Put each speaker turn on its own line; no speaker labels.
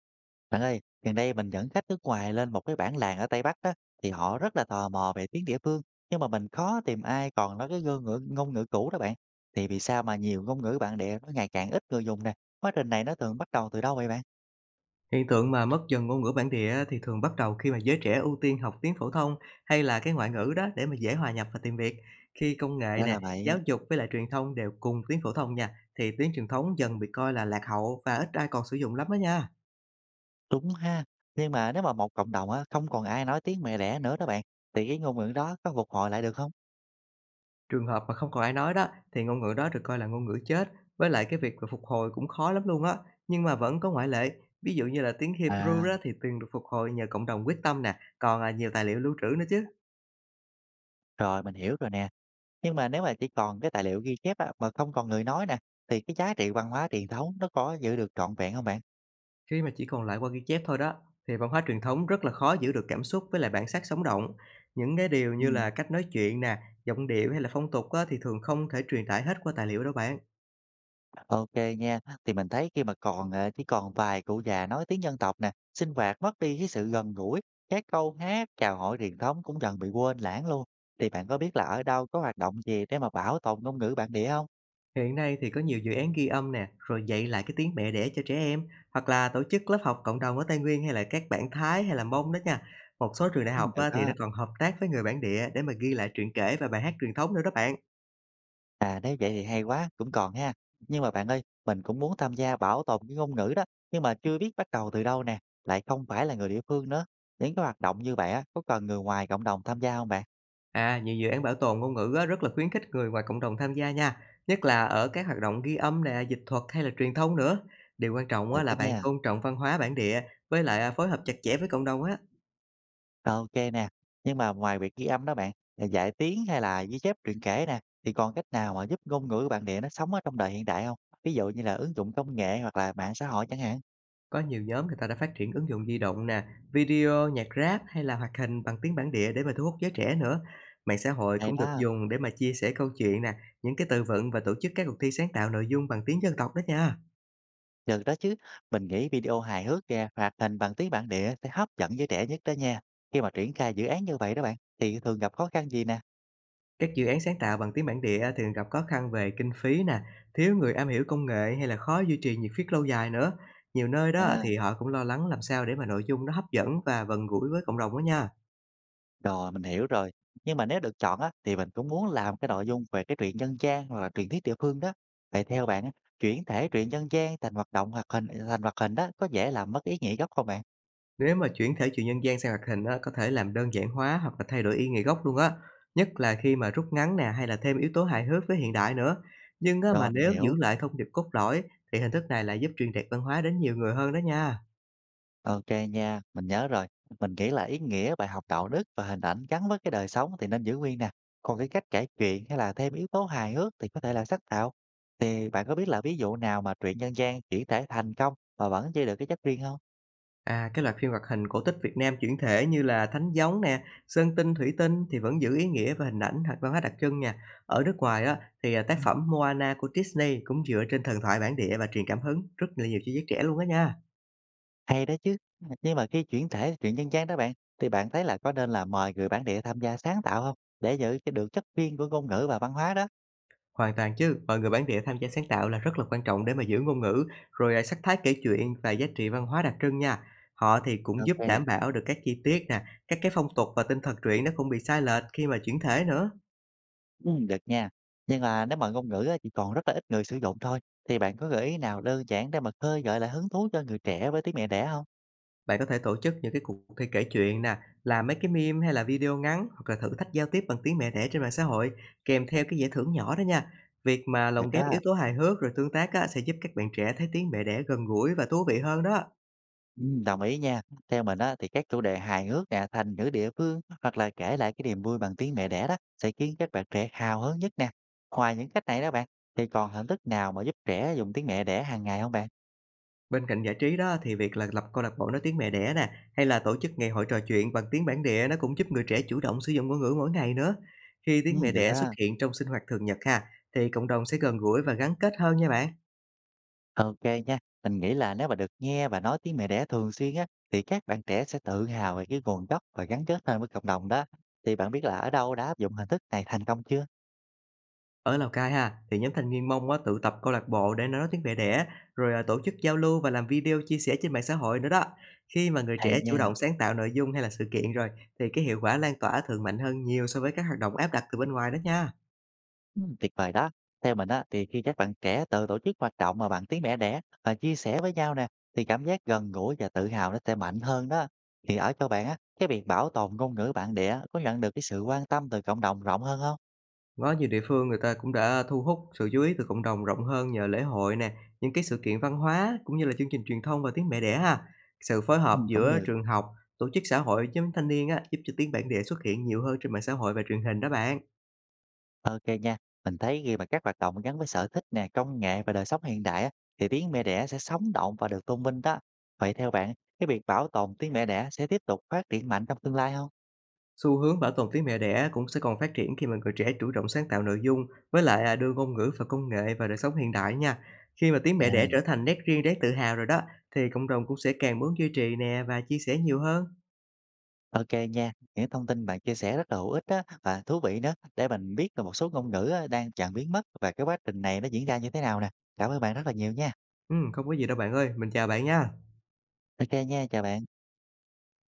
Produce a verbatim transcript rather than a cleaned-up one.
Bạn ơi, gần đây mình dẫn khách nước ngoài lên một cái bản làng ở Tây Bắc á, thì họ rất là tò mò về tiếng địa phương, nhưng mà mình khó tìm ai còn nói cái ngôn ngữ ngôn ngữ cũ đó bạn. Thì vì sao mà nhiều ngôn ngữ bản địa nó ngày càng ít người dùng nè? Quá trình này nó thường bắt đầu từ đâu vậy bạn?
Hiện tượng mà mất dần ngôn ngữ bản địa thì thường bắt đầu khi mà giới trẻ ưu tiên học tiếng phổ thông hay là cái ngoại ngữ đó để mà dễ hòa nhập và tìm việc. Khi công nghệ
Đó là
nè,
vậy.
giáo dục với lại truyền thông đều cùng tiếng phổ thông nha, thì tiếng truyền thống dần bị coi là lạc hậu và ít ai còn sử dụng lắm đó nha.
Đúng ha. Nhưng mà nếu mà một cộng đồng á không còn ai nói tiếng mẹ đẻ nữa đó bạn, thì cái ngôn ngữ đó có phục hồi lại được không?
Trường hợp mà không còn ai nói đó, thì ngôn ngữ đó được coi là ngôn ngữ chết, với lại cái việc mà phục hồi cũng khó lắm luôn á. Nhưng mà vẫn có ngoại lệ, ví dụ như là tiếng Hebrew
À,
đó thì từng được phục hồi nhờ cộng đồng quyết tâm nè, còn à, nhiều tài liệu lưu trữ nữa chứ.
rồi mình hiểu rồi nè. Nhưng mà nếu mà chỉ còn cái tài liệu ghi chép á, mà không còn người nói nè, thì cái giá trị văn hóa truyền thống nó có giữ được trọn vẹn không bạn?
Khi mà chỉ còn lại qua ghi chép thôi đó, thì văn hóa truyền thống rất là khó giữ được cảm xúc với lại bản sắc sống động. Những cái điều
Ừ.
như là cách nói chuyện nè, giọng điệu hay là phong tục á, thì thường không thể truyền tải hết qua tài liệu đâu bạn.
OK nha. Thì mình thấy khi mà còn, ờ, chỉ còn vài cụ già nói tiếng dân tộc nè, sinh hoạt mất đi cái sự gần gũi, các câu hát, chào hỏi truyền thống cũng dần bị quên lãng luôn. Thì bạn có biết là ở đâu có hoạt động gì để mà bảo tồn ngôn ngữ bản địa không?
Hiện nay thì có nhiều dự án ghi âm nè, rồi dạy lại cái tiếng mẹ đẻ cho trẻ em, hoặc là tổ chức lớp học cộng đồng ở Tây Nguyên hay là các bản Thái hay là Mông đó nha. Một số trường đại
Ừm,
học
được
á, thì nó
đó.
còn hợp tác với người bản địa để mà ghi lại truyện kể và bài hát truyền thống nữa đó bạn.
À, nếu vậy thì hay quá, cũng còn ha. Nhưng mà bạn ơi, mình cũng muốn tham gia bảo tồn cái ngôn ngữ đó, nhưng mà chưa biết bắt đầu từ đâu nè, lại không phải là người địa phương nữa. Những cái hoạt động như vậy á, có cần người ngoài cộng đồng tham gia không bạn?
À, nhiều dự án bảo tồn ngôn ngữ á, rất là khuyến khích người ngoài cộng đồng tham gia nha, nhất là ở các hoạt động ghi âm nè, dịch thuật hay là truyền thông nữa. Điều quan trọng
Được
á,
đó
là bạn
nha.
tôn trọng văn hóa bản địa với lại à, phối hợp chặt chẽ với cộng đồng á.
OK nè, nhưng mà ngoài việc ghi âm đó bạn, à, dạy tiếng hay là ghi chép truyện kể nè, thì còn cách nào mà giúp ngôn ngữ của bản địa nó sống ở trong đời hiện đại không? Ví dụ như là ứng dụng công nghệ hoặc là mạng xã hội chẳng hạn.
Có nhiều nhóm người ta đã phát triển ứng dụng di động nè, video, nhạc rap hay là hoạt hình bằng tiếng bản địa để mà thu hút giới trẻ nữa. Mạng xã hội
Hay
cũng được
đó,
dùng để mà chia sẻ câu chuyện nè, những cái từ vựng và tổ chức các cuộc thi sáng tạo nội dung bằng tiếng dân tộc đó nha.
được đó chứ, mình nghĩ video hài hước kìa, hoạt hình bằng tiếng bản địa sẽ hấp dẫn giới trẻ nhất đó nha. Khi mà triển khai dự án như vậy đó bạn, thì thường gặp khó khăn gì nè?
Các dự án sáng tạo bằng tiếng bản địa thường gặp khó khăn về kinh phí nè, thiếu người am hiểu công nghệ hay là khó duy trì nhiệt huyết lâu dài nữa. Nhiều nơi đó
À.
thì họ cũng lo lắng làm sao để mà nội dung nó hấp dẫn và gần gũi với cộng đồng đó nha.
Rồi, mình hiểu rồi. Nhưng mà nếu được chọn á, thì mình cũng muốn làm cái nội dung về cái truyện dân gian hoặc là truyền thuyết địa phương đó. Vậy theo bạn á, chuyển thể truyện dân gian thành hoạt động hoạt hình thành hoạt hình đó có dễ làm mất ý nghĩa gốc không bạn?
Nếu mà chuyển thể chuyện nhân gian sang hoạt hình á, có thể làm đơn giản hóa hoặc là thay đổi ý nghĩa gốc luôn á. Nhất là khi mà rút ngắn nè hay là thêm yếu tố hài hước với hiện đại nữa. Nhưng á, mà
Rồi, mình
nếu giữ
hiểu.
lại thông điệp cốt lõi thì hình thức này lại giúp truyền đạt văn hóa đến nhiều người hơn đó nha.
Ok nha, mình nhớ rồi. Mình nghĩ là ý nghĩa bài học đạo đức và hình ảnh gắn với cái đời sống thì nên giữ nguyên nè. Còn cái cách kể chuyện hay là thêm yếu tố hài hước thì có thể là sáng tạo. Thì bạn có biết là ví dụ nào mà truyện dân gian chuyển thể thành công mà vẫn giữ được cái chất riêng không?
À, cái loạt phim hoạt hình cổ tích Việt Nam chuyển thể như là Thánh Gióng nè, Sơn Tinh, Thủy Tinh thì vẫn giữ ý nghĩa và hình ảnh hoặc văn hóa đặc trưng nha. Ở nước ngoài á, thì à, tác phẩm Moana của Disney cũng dựa trên thần thoại bản địa và truyền cảm hứng rất là nhiều cho giới trẻ luôn á nha.
Hay đó chứ. Nhưng mà khi chuyển thể truyện dân gian đó bạn, thì bạn thấy là có nên là mời người bản địa tham gia sáng tạo không để giữ cái được chất riêng của ngôn ngữ và văn hóa đó.
Hoàn toàn chứ, mọi người bản địa tham gia sáng tạo là rất là quan trọng để mà giữ ngôn ngữ, rồi à, sắc thái kể chuyện và giá trị văn hóa đặc trưng nha. Họ thì cũng
OK,
giúp
kê,
đảm bảo được các chi tiết nè, các cái phong tục và tinh thần truyện nó không bị sai lệch khi mà chuyển thể nữa.
được nha. Nhưng mà nếu mà ngôn ngữ á chỉ còn rất là ít người sử dụng thôi, thì bạn có gợi ý nào đơn giản để mà khơi gợi lại hứng thú cho người trẻ với tiếng mẹ đẻ không?
Bạn có thể tổ chức những cái cuộc thi kể chuyện nè, làm mấy cái meme hay là video ngắn hoặc là thử thách giao tiếp bằng tiếng mẹ đẻ trên mạng xã hội, kèm theo cái giải thưởng nhỏ đó nha. Việc mà lồng
Được
ghép
đó.
yếu tố hài hước rồi tương tác á, sẽ giúp các bạn trẻ thấy tiếng mẹ đẻ gần gũi và thú vị hơn đó.
Ừm, đồng ý nha. Theo mình á, thì các chủ đề hài hước nè, thành ngữ địa phương hoặc là kể lại cái niềm vui bằng tiếng mẹ đẻ đó sẽ khiến các bạn trẻ hào hứng nhất nè. Ngoài những cách này đó bạn, thì còn hình thức nào mà giúp trẻ dùng tiếng mẹ đẻ hàng ngày không bạn?
Bên cạnh giải trí đó thì việc là lập câu lạc bộ nói tiếng mẹ đẻ nè, hay là tổ chức ngày hội trò chuyện bằng tiếng bản địa nó cũng giúp người trẻ chủ động sử dụng ngôn ngữ mỗi ngày nữa. Khi tiếng
Ừm,
mẹ
được
đẻ xuất
đó.
hiện trong sinh hoạt thường nhật ha, thì cộng đồng sẽ gần gũi và gắn kết hơn nha bạn.
Ok nha. Mình nghĩ là nếu mà được nghe và nói tiếng mẹ đẻ thường xuyên á, thì các bạn trẻ sẽ tự hào về cái nguồn gốc và gắn kết hơn với cộng đồng đó. Thì bạn biết là ở đâu đã áp dụng hình thức này thành công chưa?
Ở Lào Cai ha, thì nhóm thanh niên Mông á tự tập câu lạc bộ để nói tiếng mẹ đẻ, rồi, à, tổ chức giao lưu và làm video chia sẻ trên mạng xã hội nữa đó. Khi mà người
Hay
trẻ chủ
nha.
động sáng tạo nội dung hay là sự kiện rồi, thì cái hiệu quả lan tỏa thường mạnh hơn nhiều so với các hoạt động áp đặt từ bên ngoài đó nha.
Ừm, tuyệt vời đó. Theo mình á, thì khi các bạn trẻ tự tổ chức hoạt động mà bạn tiếng mẹ đẻ và chia sẻ với nhau nè, thì cảm giác gần gũi và tự hào nó sẽ mạnh hơn đó. Thì ở cho bạn á, cái việc bảo tồn ngôn ngữ bản địa có nhận được cái sự quan tâm từ cộng đồng rộng hơn không?
Có nhiều địa phương người ta cũng đã thu hút sự chú ý từ cộng đồng rộng hơn nhờ lễ hội nè, những cái sự kiện văn hóa cũng như là chương trình truyền thông và tiếng mẹ đẻ ha. Sự phối
Ừ,
hợp
cũng
giữa
được.
trường học, tổ chức xã hội, nhóm thanh niên á, giúp cho tiếng bản địa xuất hiện nhiều hơn trên mạng xã hội và truyền hình đó bạn.
Ok nha. Mình thấy khi mà các hoạt động gắn với sở thích nè, công nghệ và đời sống hiện đại á, thì tiếng mẹ đẻ sẽ sống động và được tôn vinh đó. Vậy theo bạn, cái việc bảo tồn tiếng mẹ đẻ sẽ tiếp tục phát triển mạnh trong tương lai không?
Xu hướng bảo tồn tiếng mẹ đẻ cũng sẽ còn phát triển khi mà người trẻ chủ động sáng tạo nội dung, với lại, à, đưa ngôn ngữ và công nghệ vào đời sống hiện đại nha. Khi mà tiếng mẹ đẻ
À.
trở thành nét riêng đáng tự hào rồi đó, thì cộng đồng cũng sẽ càng muốn duy trì nè và chia sẻ nhiều hơn.
OK nha, những thông tin bạn chia sẻ rất là hữu ích á và thú vị nữa, để mình biết được một số ngôn ngữ á đang dần biến mất và cái quá trình này nó diễn ra như thế nào nè. Cảm ơn bạn rất là nhiều nha.
Ừm, không có gì đâu bạn ơi, mình chào bạn nha.
OK nha, chào bạn.